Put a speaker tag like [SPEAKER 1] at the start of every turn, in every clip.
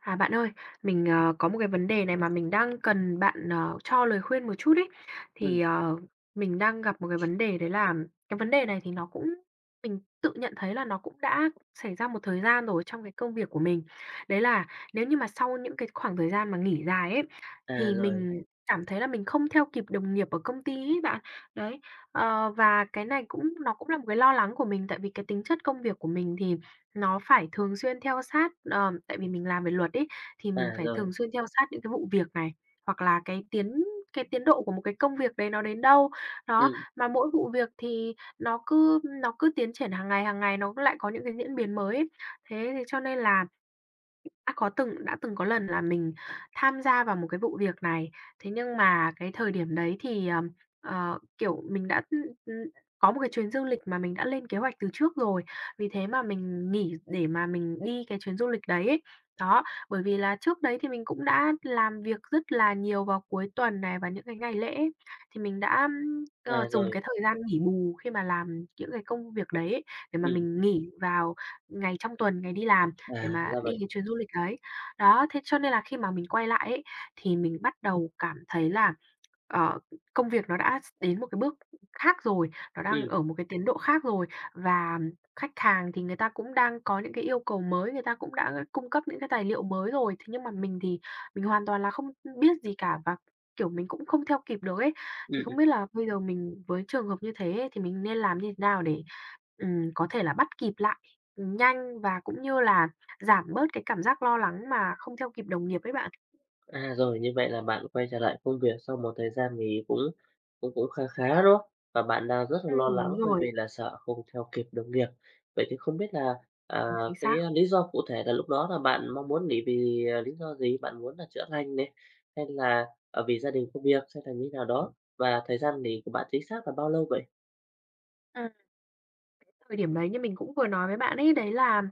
[SPEAKER 1] À, bạn ơi, mình, có một cái vấn đề này mà mình đang cần bạn, cho lời khuyên một chút ấy. Thì,
[SPEAKER 2] Ừm,
[SPEAKER 1] mình đang gặp một cái vấn đề đấy là cái vấn đề này thì nó cũng mình tự nhận thấy là nó cũng đã xảy ra một thời gian rồi trong cái công việc của mình. Đấy là nếu như mà sau những cái khoảng thời gian mà nghỉ dài ấy,
[SPEAKER 2] à,
[SPEAKER 1] thì
[SPEAKER 2] rồi,
[SPEAKER 1] mình cảm thấy là mình không theo kịp đồng nghiệp ở công ty ấy bạn. Đấy, và cái này cũng là một cái lo lắng của mình tại vì cái tính chất công việc của mình thì nó phải thường xuyên theo sát, tại vì mình làm về luật ấy, thì mình
[SPEAKER 2] à,
[SPEAKER 1] phải
[SPEAKER 2] rồi,
[SPEAKER 1] thường xuyên theo sát những cái vụ việc này, hoặc là cái tiến độ của một cái công việc đấy nó đến đâu. Đó,
[SPEAKER 2] ừm,
[SPEAKER 1] mà mỗi vụ việc thì nó cứ tiến triển hàng ngày nó lại có những cái diễn biến mới ấy. Thế thế cho nên là đã từng có lần là mình tham gia vào một cái vụ việc này, thế nhưng mà cái thời điểm đấy thì, kiểu, mình đã, có một cái chuyến du lịch mà mình đã lên kế hoạch từ trước rồi, vì thế mà mình nghỉ để mà mình đi cái chuyến du lịch đấy ấy. Đó, bởi vì là trước đấy thì mình cũng đã làm việc rất là nhiều vào cuối tuần này và những cái ngày lễ ấy, thì mình đã,
[SPEAKER 2] à,
[SPEAKER 1] dùng
[SPEAKER 2] rồi,
[SPEAKER 1] cái thời gian nghỉ bù khi mà làm những cái công việc đấy ấy, để mà
[SPEAKER 2] ừm,
[SPEAKER 1] mình nghỉ vào ngày trong tuần, ngày đi làm để
[SPEAKER 2] à,
[SPEAKER 1] mà
[SPEAKER 2] ra
[SPEAKER 1] đi
[SPEAKER 2] vậy.
[SPEAKER 1] cái chuyến du lịch đấy. Đó, thế cho nên là khi mà mình quay lại ấy, thì mình bắt đầu cảm thấy là, ờ, công việc nó đã đến một cái bước khác rồi, nó đang
[SPEAKER 2] Ừm,
[SPEAKER 1] ở một cái tiến độ khác rồi. Và khách hàng thì người ta cũng đang có những cái yêu cầu mới, người ta cũng đã cung cấp những cái tài liệu mới rồi. Thế nhưng mà mình thì mình hoàn toàn là không biết gì cả và, kiểu, mình cũng không theo kịp được ấy. Thì
[SPEAKER 2] ừm,
[SPEAKER 1] không
[SPEAKER 2] ừm,
[SPEAKER 1] biết là bây giờ mình với trường hợp như thế ấy, thì mình nên làm như thế nào để, có thể là bắt kịp lại, nhanh và cũng như là giảm bớt cái cảm giác lo lắng mà không theo kịp đồng nghiệp ấy bạn.
[SPEAKER 2] à, rồi, như vậy là bạn quay trở lại công việc sau một thời gian nghỉ cũng cũng cũng khá khá, đúng không? Và bạn đang rất là lo
[SPEAKER 1] Đúng
[SPEAKER 2] lắng bởi
[SPEAKER 1] rồi.
[SPEAKER 2] vì là sợ không theo kịp đồng nghiệp. Vậy thì không biết là,
[SPEAKER 1] Ờ,
[SPEAKER 2] à,
[SPEAKER 1] chính xác.
[SPEAKER 2] cái lý do cụ thể là lúc đó là bạn mong muốn nghỉ vì, à, lý do gì? Bạn muốn là chữa lành này, hay là, vì gia đình, công việc, hay là như thế nào đó? Và thời gian nghỉ của bạn chính xác là bao lâu vậy?
[SPEAKER 1] Ừm. Thời điểm đấy như mình cũng vừa nói với bạn ấy, đấy là,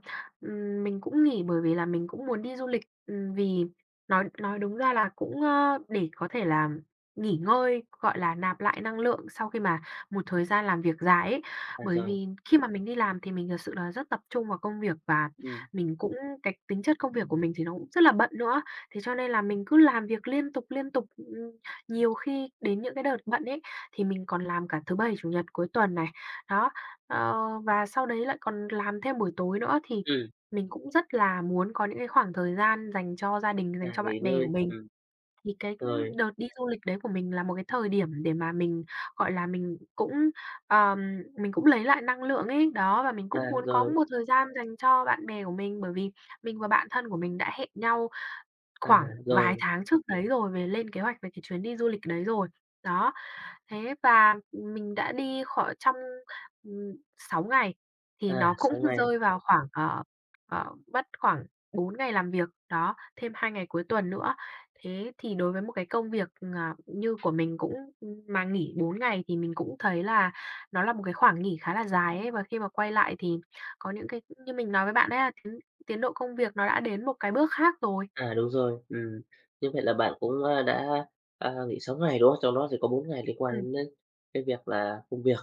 [SPEAKER 1] mình cũng nghỉ bởi vì là mình cũng muốn đi du lịch, vì nói đúng ra là cũng, để có thể là nghỉ ngơi, gọi là, nạp lại năng lượng sau khi mà một thời gian làm việc dài ấy.
[SPEAKER 2] À,
[SPEAKER 1] Bởi
[SPEAKER 2] rồi,
[SPEAKER 1] vì khi mà mình đi làm thì mình thật sự là rất tập trung vào công việc và
[SPEAKER 2] ừm,
[SPEAKER 1] mình cũng cái tính chất công việc của mình thì nó cũng rất là bận nữa, thế cho nên là mình cứ làm việc liên tục, liên tục. Nhiều khi đến những cái đợt bận ấy, thì mình còn làm cả thứ Bảy, Chủ nhật, cuối tuần này. Đó, Ờ, và sau đấy lại còn làm thêm buổi tối nữa thì
[SPEAKER 2] ừm,
[SPEAKER 1] mình cũng rất là muốn có những cái khoảng thời gian dành cho gia đình,
[SPEAKER 2] à,
[SPEAKER 1] dành cho bạn
[SPEAKER 2] nghỉ
[SPEAKER 1] bè của
[SPEAKER 2] ngơi,
[SPEAKER 1] mình. Thì cái,
[SPEAKER 2] rồi.
[SPEAKER 1] đợt đi du lịch đấy của mình là một cái thời điểm để mà mình, gọi là, ờm, mình cũng lấy lại năng lượng ấy. Đó, và mình
[SPEAKER 2] À,
[SPEAKER 1] cũng muốn có
[SPEAKER 2] rồi,
[SPEAKER 1] một thời gian dành cho bạn bè của mình, bởi vì mình và bạn thân của mình đã hẹn nhau
[SPEAKER 2] à,
[SPEAKER 1] khoảng vài
[SPEAKER 2] rồi,
[SPEAKER 1] tháng trước đấy rồi về lên kế hoạch về cái chuyến đi du lịch đấy rồi. Đó, thế và mình đã đi khỏi trong, ừm, 6 ngày thì
[SPEAKER 2] à,
[SPEAKER 1] nó cũng
[SPEAKER 2] sáu ngày,
[SPEAKER 1] rơi vào khoảng, mất khoảng 4 ngày làm việc, đó, thêm 2 ngày cuối tuần nữa. Thế thì đối với một cái công việc, à, như của mình cũng mà nghỉ 4 ngày thì mình cũng thấy là nó là một cái khoảng nghỉ khá là dài ấy, và khi mà quay lại thì có những cái như mình nói với bạn ấy là tiến tiến độ công việc nó đã đến một cái bước khác rồi.
[SPEAKER 2] à, đúng rồi. Như vậy là bạn cũng, đã, nghỉ 6 ngày, đúng không? Trong đó thì có 4 ngày liên quan
[SPEAKER 1] Ừm.
[SPEAKER 2] đến, ơ, cái việc là công việc.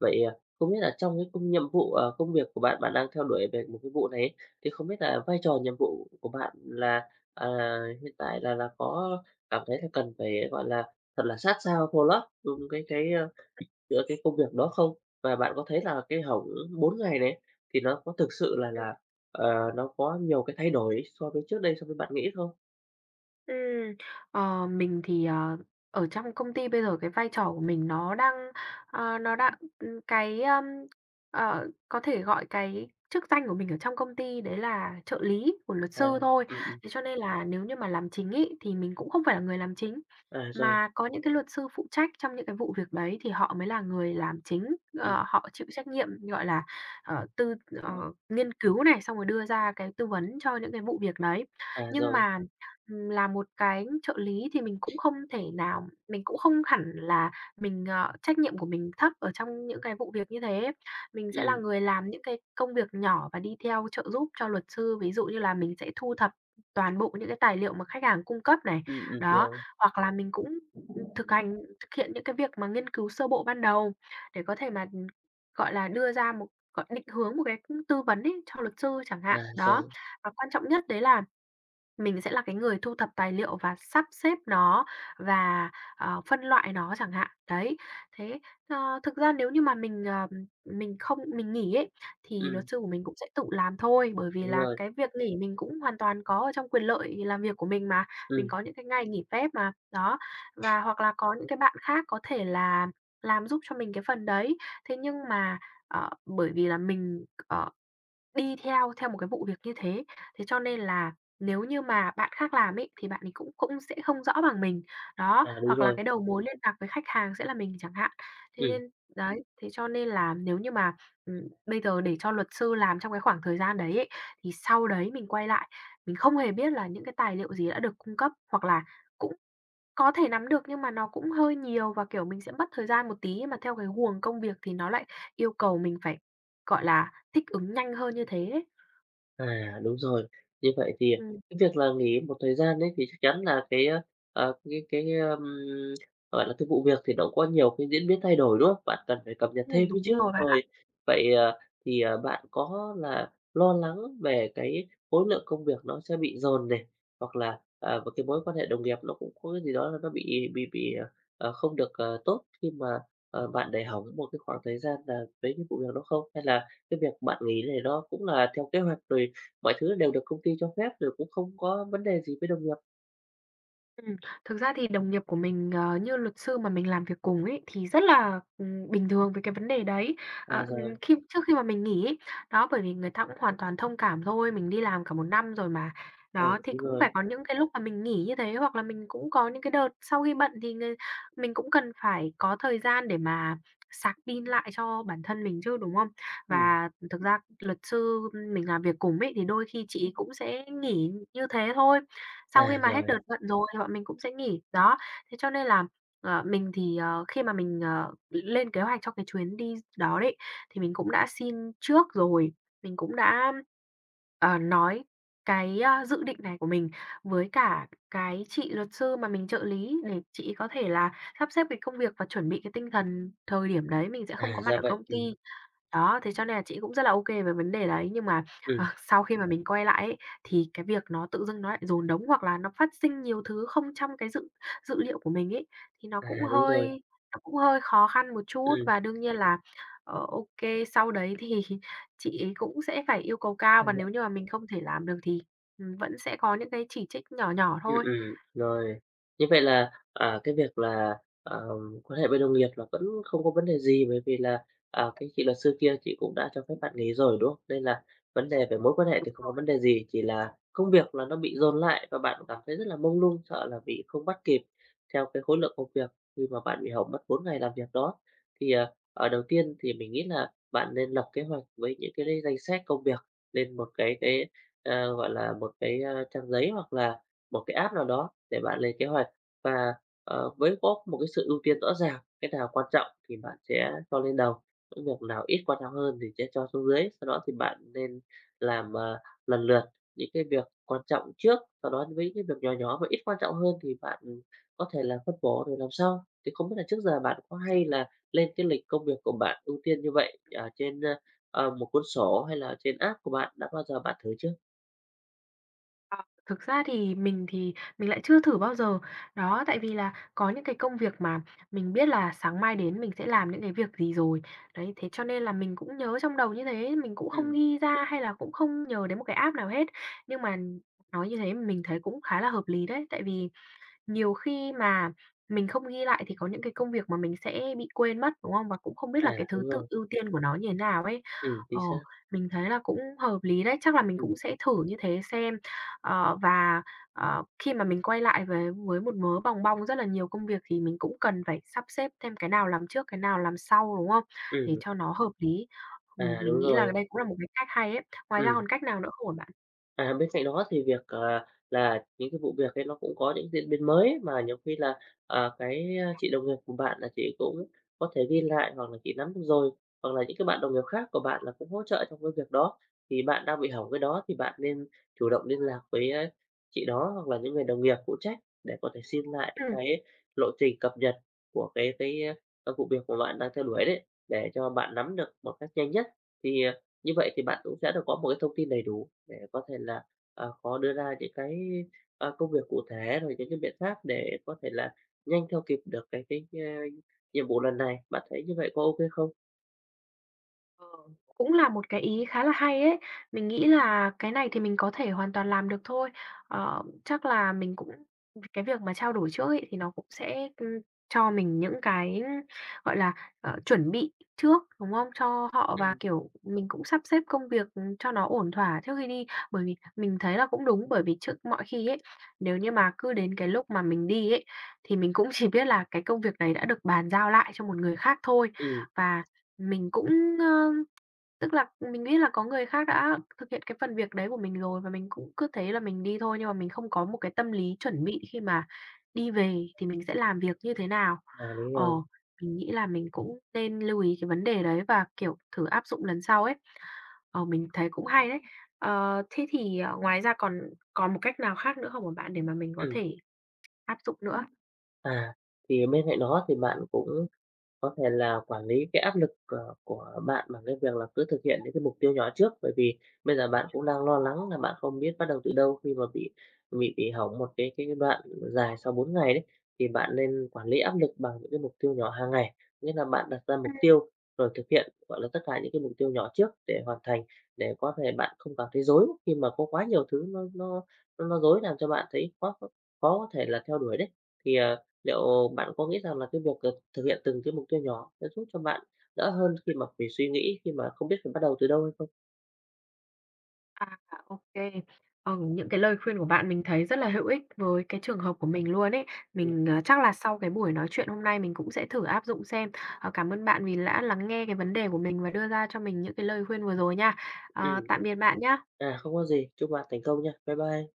[SPEAKER 2] Vậy, à, không biết là trong cái công nhiệm vụ, công việc của bạn, bạn đang theo đuổi về một cái vụ này ấy, thì không biết là vai trò nhiệm vụ của bạn là, à, hiện tại là có cảm thấy là cần phải, gọi là, thật là sát sao, follow up, à, giữa cái công việc đó không? Và bạn có thấy là cái hỏng 4 ngày này thì nó có thực sự là
[SPEAKER 1] Ừm.
[SPEAKER 2] là, ờ, nó có nhiều cái thay đổi so với trước đây, so với bạn nghĩ không?
[SPEAKER 1] Ừm, mình thì, ở trong công ty bây giờ cái vai trò của mình nó đang, nó đã ừ, cái, ờm, có thể gọi cái chức danh của mình ở trong công ty đấy là trợ lý của luật
[SPEAKER 2] À,
[SPEAKER 1] sư thôi.
[SPEAKER 2] ừm, ừm,
[SPEAKER 1] Thế cho nên là nếu như mà làm chính ấy, thì mình cũng không phải là người làm chính,
[SPEAKER 2] à, rồi,
[SPEAKER 1] mà có những cái luật sư phụ trách trong những cái vụ việc đấy thì họ mới là người làm chính,
[SPEAKER 2] ừm,
[SPEAKER 1] họ chịu trách nhiệm, gọi là, ờ, tư ờ, nghiên cứu này, xong rồi đưa ra cái tư vấn cho những cái vụ việc đấy.
[SPEAKER 2] à,
[SPEAKER 1] Nhưng
[SPEAKER 2] rồi,
[SPEAKER 1] mà là một cái trợ lý thì mình cũng không thể nào mình cũng không hẳn là mình, trách nhiệm của mình thấp ở trong những cái vụ việc như thế. Mình sẽ là
[SPEAKER 2] ừm,
[SPEAKER 1] người làm những cái công việc nhỏ và đi theo trợ giúp cho luật sư, ví dụ như là mình sẽ thu thập toàn bộ những cái tài liệu mà khách hàng cung cấp này, đó,
[SPEAKER 2] rồi,
[SPEAKER 1] hoặc là mình cũng, thực hành thực hiện những cái việc mà nghiên cứu sơ bộ ban đầu để có thể mà, gọi là, đưa ra một định hướng một cái tư vấn ấy cho luật sư chẳng
[SPEAKER 2] à,
[SPEAKER 1] hạn, đó.
[SPEAKER 2] rồi,
[SPEAKER 1] Và quan trọng nhất đấy là mình sẽ là cái người thu thập tài liệu và sắp xếp nó và, phân loại nó chẳng hạn. Đấy, thế, thực ra nếu như mà mình, mình không mình nghỉ ấy, thì luật
[SPEAKER 2] ừm,
[SPEAKER 1] sư của mình cũng sẽ tự làm thôi, bởi vì
[SPEAKER 2] đúng
[SPEAKER 1] là
[SPEAKER 2] rồi,
[SPEAKER 1] cái việc nghỉ mình cũng hoàn toàn có ở trong quyền lợi làm việc của mình mà, mình
[SPEAKER 2] ừm,
[SPEAKER 1] có những cái ngày nghỉ phép mà. Đó, và hoặc là có những cái bạn khác có thể là làm giúp cho mình cái phần đấy. Thế nhưng mà, bởi vì là mình, đi theo theo một cái vụ việc như thế, thế cho nên là nếu như mà bạn khác làm ấy, thì bạn ấy cũng cũng sẽ không rõ bằng mình. Đó,
[SPEAKER 2] à, đúng
[SPEAKER 1] hoặc là
[SPEAKER 2] rồi,
[SPEAKER 1] cái đầu mối liên lạc với khách hàng sẽ là mình chẳng hạn. Thế
[SPEAKER 2] ừm.
[SPEAKER 1] nên đấy, thế cho nên là nếu như mà, bây giờ để cho luật sư làm trong cái khoảng thời gian đấy ấy, thì sau đấy mình quay lại, mình không hề biết là những cái tài liệu gì đã được cung cấp, hoặc là cũng có thể nắm được nhưng mà nó cũng hơi nhiều và, kiểu, mình sẽ mất thời gian một tí, nhưng mà theo cái guồng công việc thì nó lại yêu cầu mình phải, gọi là, thích ứng nhanh hơn như thế ấy.
[SPEAKER 2] À, đúng rồi. Như vậy thì
[SPEAKER 1] Ừm,
[SPEAKER 2] cái việc là nghỉ một thời gian đấy thì chắc chắn là cái gọi là, cái vụ việc thì nó cũng có nhiều cái diễn biến thay đổi, đúng không? Bạn cần phải cập nhật thêm ấy
[SPEAKER 1] đúng
[SPEAKER 2] chứ.
[SPEAKER 1] rồi bạn.
[SPEAKER 2] Rồi, vậy, thì, bạn có là lo lắng về cái khối lượng công việc nó sẽ bị dồn này, hoặc là, một cái mối quan hệ đồng nghiệp nó cũng có cái gì đó là nó bị không được, tốt khi mà, bạn để hỏng một cái khoảng thời gian là với cái vụ việc đó không? Hay là cái việc bạn nghỉ này nó cũng là theo kế hoạch rồi. Mọi thứ đều được công ty cho phép rồi cũng không có vấn đề gì với đồng nghiệp.
[SPEAKER 1] Ừm, Thực ra thì đồng nghiệp của mình, như luật sư mà mình làm việc cùng ấy, thì rất là, bình thường với cái vấn đề đấy.
[SPEAKER 2] À,
[SPEAKER 1] Ờ,
[SPEAKER 2] rồi,
[SPEAKER 1] khi Trước khi mà mình nghỉ ấy, đó, bởi vì người ta cũng hoàn toàn thông cảm thôi, mình đi làm cả một năm rồi mà. Đó,
[SPEAKER 2] ừ,
[SPEAKER 1] thì
[SPEAKER 2] đúng
[SPEAKER 1] cũng phải
[SPEAKER 2] rồi,
[SPEAKER 1] có những cái lúc mà mình nghỉ như thế, hoặc là mình cũng có những cái đợt sau khi bận thì mình cũng cần phải có thời gian để mà sạc pin lại cho bản thân mình chứ, đúng không?
[SPEAKER 2] ừm,
[SPEAKER 1] Và thực ra luật sư mình làm việc cùng ấy, thì đôi khi chị cũng sẽ nghỉ như thế thôi. Sau
[SPEAKER 2] à,
[SPEAKER 1] khi mà hết
[SPEAKER 2] rồi,
[SPEAKER 1] đợt vận rồi thì bọn mình cũng sẽ nghỉ. Đó, thế cho nên là, mình thì, khi mà mình, lên kế hoạch cho cái chuyến đi đó đấy, thì mình cũng đã xin trước rồi, mình cũng đã, nói dự định này của mình với cả cái chị luật sư mà mình trợ lý để chị ấy có thể là sắp xếp cái công việc và chuẩn bị cái tinh thần thời điểm đấy mình sẽ không
[SPEAKER 2] à,
[SPEAKER 1] có mặt
[SPEAKER 2] ra
[SPEAKER 1] ở
[SPEAKER 2] vậy,
[SPEAKER 1] công ty. Đó, thế cho nên là chị cũng rất là ô kê về vấn đề đấy, nhưng mà
[SPEAKER 2] ừm,
[SPEAKER 1] sau khi mà mình quay lại ấy, thì cái việc nó tự dưng nó lại dồn đống hoặc là nó phát sinh nhiều thứ không trong cái dự dự liệu của mình ấy, thì nó cũng
[SPEAKER 2] à, đúng rồi,
[SPEAKER 1] hơi nó cũng hơi khó khăn một chút.
[SPEAKER 2] ừm.
[SPEAKER 1] Và đương nhiên là, ờ, ô sau đấy thì chị ấy cũng sẽ phải yêu cầu cao và nếu như mà mình không thể làm được thì, vẫn sẽ có những cái chỉ trích nhỏ nhỏ
[SPEAKER 2] Ừ
[SPEAKER 1] thôi.
[SPEAKER 2] rồi. Như vậy là, à, cái việc là, quan hệ với đồng nghiệp là vẫn không có vấn đề gì, bởi vì là, à, cái chị luật sư kia chị cũng đã cho phép bạn nghỉ rồi, đúng không? Nên là vấn đề về mối quan hệ thì không có vấn đề gì, chỉ là công việc là nó bị dồn lại và bạn cảm thấy rất là mông lung, sợ là bị không bắt kịp theo cái khối lượng công việc khi mà bạn bị hỏng mất 4 ngày làm việc đó. Thì, à, đầu tiên thì mình nghĩ là bạn nên lập kế hoạch với những cái danh sách công việc lên một cái gọi là, một cái, trang giấy hoặc là một cái app nào đó để bạn lên kế hoạch và, với có một cái sự ưu tiên rõ ràng, cái nào quan trọng thì bạn sẽ cho lên đầu, những việc nào ít quan trọng hơn thì sẽ cho xuống dưới. Sau đó thì bạn nên làm, lần lượt những cái việc quan trọng trước, sau đó với những cái việc nhỏ nhỏ và ít quan trọng hơn thì bạn có thể là phân bổ rồi làm sau. Thì không biết là trước giờ bạn có hay là lên cái lịch công việc của bạn ưu tiên như vậy ở trên, ơ, một cuốn sổ hay là trên app của bạn, đã bao giờ bạn thử chưa?
[SPEAKER 1] Ờ, thực ra thì mình lại chưa thử bao giờ. Đó, tại vì là có những cái công việc mà mình biết là sáng mai đến mình sẽ làm những cái việc gì rồi. Đấy, thế cho nên là mình cũng nhớ trong đầu như thế, mình cũng không
[SPEAKER 2] Ừ,
[SPEAKER 1] ghi ra hay là cũng không nhờ đến một cái app nào hết. Nhưng mà nói như thế mình thấy cũng khá là hợp lý đấy, tại vì nhiều khi mà mình không ghi lại thì có những cái công việc mà mình sẽ bị quên mất, đúng không? Và cũng không biết
[SPEAKER 2] à,
[SPEAKER 1] là cái thứ
[SPEAKER 2] đúng
[SPEAKER 1] tự
[SPEAKER 2] rồi,
[SPEAKER 1] ưu tiên của nó như thế nào ấy.
[SPEAKER 2] ừ
[SPEAKER 1] Ờ,
[SPEAKER 2] chính xác,
[SPEAKER 1] mình thấy là cũng hợp lý đấy, chắc là mình cũng
[SPEAKER 2] ừm.
[SPEAKER 1] sẽ thử như thế xem. Ờ, và, khi mà mình quay lại với một mớ bòng bong rất là nhiều công việc thì mình cũng cần phải sắp xếp thêm cái nào làm trước, cái nào làm sau, đúng không? Để
[SPEAKER 2] Ừ,
[SPEAKER 1] cho nó hợp lý.
[SPEAKER 2] à,
[SPEAKER 1] Mình
[SPEAKER 2] đúng
[SPEAKER 1] nghĩ là
[SPEAKER 2] rồi.
[SPEAKER 1] đây cũng là một cái cách hay ấy. Ngoài ra
[SPEAKER 2] Ừ.
[SPEAKER 1] còn cách nào nữa không hả bạn?
[SPEAKER 2] À, bên cạnh đó thì việc, là những cái vụ việc ấy nó cũng có những diễn biến mới mà nhiều khi là, cái, chị đồng nghiệp của bạn là chị cũng có thể ghi lại hoặc là chị nắm được rồi, hoặc là những cái bạn đồng nghiệp khác của bạn là cũng hỗ trợ trong cái việc đó. Thì bạn đang bị hỏng cái đó thì bạn nên chủ động liên lạc với, chị đó hoặc là những người đồng nghiệp phụ trách để có thể xin lại
[SPEAKER 1] Ừm.
[SPEAKER 2] cái lộ trình cập nhật của cái vụ việc của bạn đang theo đuổi đấy, để cho bạn nắm được một cách nhanh nhất. Thì, à, như vậy thì bạn cũng sẽ được có một cái thông tin đầy đủ để có thể là, có đưa ra những cái, công việc cụ thể, rồi những cái biện pháp để có thể là nhanh theo kịp được cái nhiệm vụ lần này. Bạn thấy như vậy có ok không?
[SPEAKER 1] Ờ, cũng là một cái ý khá là hay ấy. Mình nghĩ là cái này thì mình có thể hoàn toàn làm được thôi. Chắc là mình cũng cái việc mà trao đổi trước ấy thì nó cũng sẽ, cho mình những cái, gọi là, chuẩn bị trước, đúng không? Cho họ
[SPEAKER 2] Ừ.
[SPEAKER 1] và, kiểu, mình cũng sắp xếp công việc, cho nó ổn thỏa trước khi đi. Bởi vì mình thấy là cũng đúng, bởi vì trước mọi khi ấy, nếu như mà cứ đến cái lúc mà mình đi ấy, thì mình cũng chỉ biết là cái công việc đấy đã được bàn giao lại cho một người khác thôi.
[SPEAKER 2] Ừm,
[SPEAKER 1] Và mình cũng, ơ tức là mình nghĩ là có người khác đã thực hiện cái phần việc đấy của mình rồi và mình cũng cứ thế là mình đi thôi, nhưng mà mình không có một cái tâm lý chuẩn bị khi mà đi về thì mình sẽ làm việc như thế nào.
[SPEAKER 2] à, đúng
[SPEAKER 1] Ờ,
[SPEAKER 2] rồi.
[SPEAKER 1] mình nghĩ là mình cũng nên lưu ý cái vấn đề đấy và, kiểu, thử áp dụng lần sau ấy. Ờ, mình thấy cũng hay đấy. Thế thì, ngoài ra còn còn một cách nào khác nữa không hả bạn để mà mình có
[SPEAKER 2] Ừm,
[SPEAKER 1] thể áp dụng nữa?
[SPEAKER 2] à, thì bên cạnh đó thì bạn cũng có thể là quản lý cái áp lực, của bạn bằng cái việc là cứ thực hiện những cái mục tiêu nhỏ trước, bởi vì bây giờ bạn cũng đang lo lắng là bạn không biết bắt đầu từ đâu khi mà bị hỏng một cái đoạn dài sau 4 ngày đấy, thì bạn nên quản lý áp lực bằng những cái mục tiêu nhỏ hàng ngày. Nghĩa là bạn đặt ra mục tiêu rồi thực hiện, gọi là, tất cả những cái mục tiêu nhỏ trước để hoàn thành, để có thể bạn không cảm thấy rối khi mà có quá nhiều thứ nó rối làm cho bạn thấy khó khó có thể là theo đuổi đấy. Thì, liệu bạn có nghĩ rằng là cái việc thực thực hiện từng cái mục tiêu nhỏ sẽ giúp cho bạn đỡ hơn khi mà phải suy nghĩ, khi mà không biết phải bắt đầu từ đâu hay không?
[SPEAKER 1] À, ô kê. Ờ, những cái lời khuyên của bạn mình thấy rất là hữu ích với cái trường hợp của mình luôn ấy.
[SPEAKER 2] Ừm,
[SPEAKER 1] Mình, chắc là sau cái buổi nói chuyện hôm nay mình cũng sẽ thử áp dụng xem. Ờ, cảm ơn bạn vì đã lắng nghe cái vấn đề của mình và đưa ra cho mình những cái lời khuyên vừa rồi nha. Ờ,
[SPEAKER 2] ừm,
[SPEAKER 1] tạm biệt bạn nhá.
[SPEAKER 2] à, không có gì, chúc bạn thành công nha. Bye bye.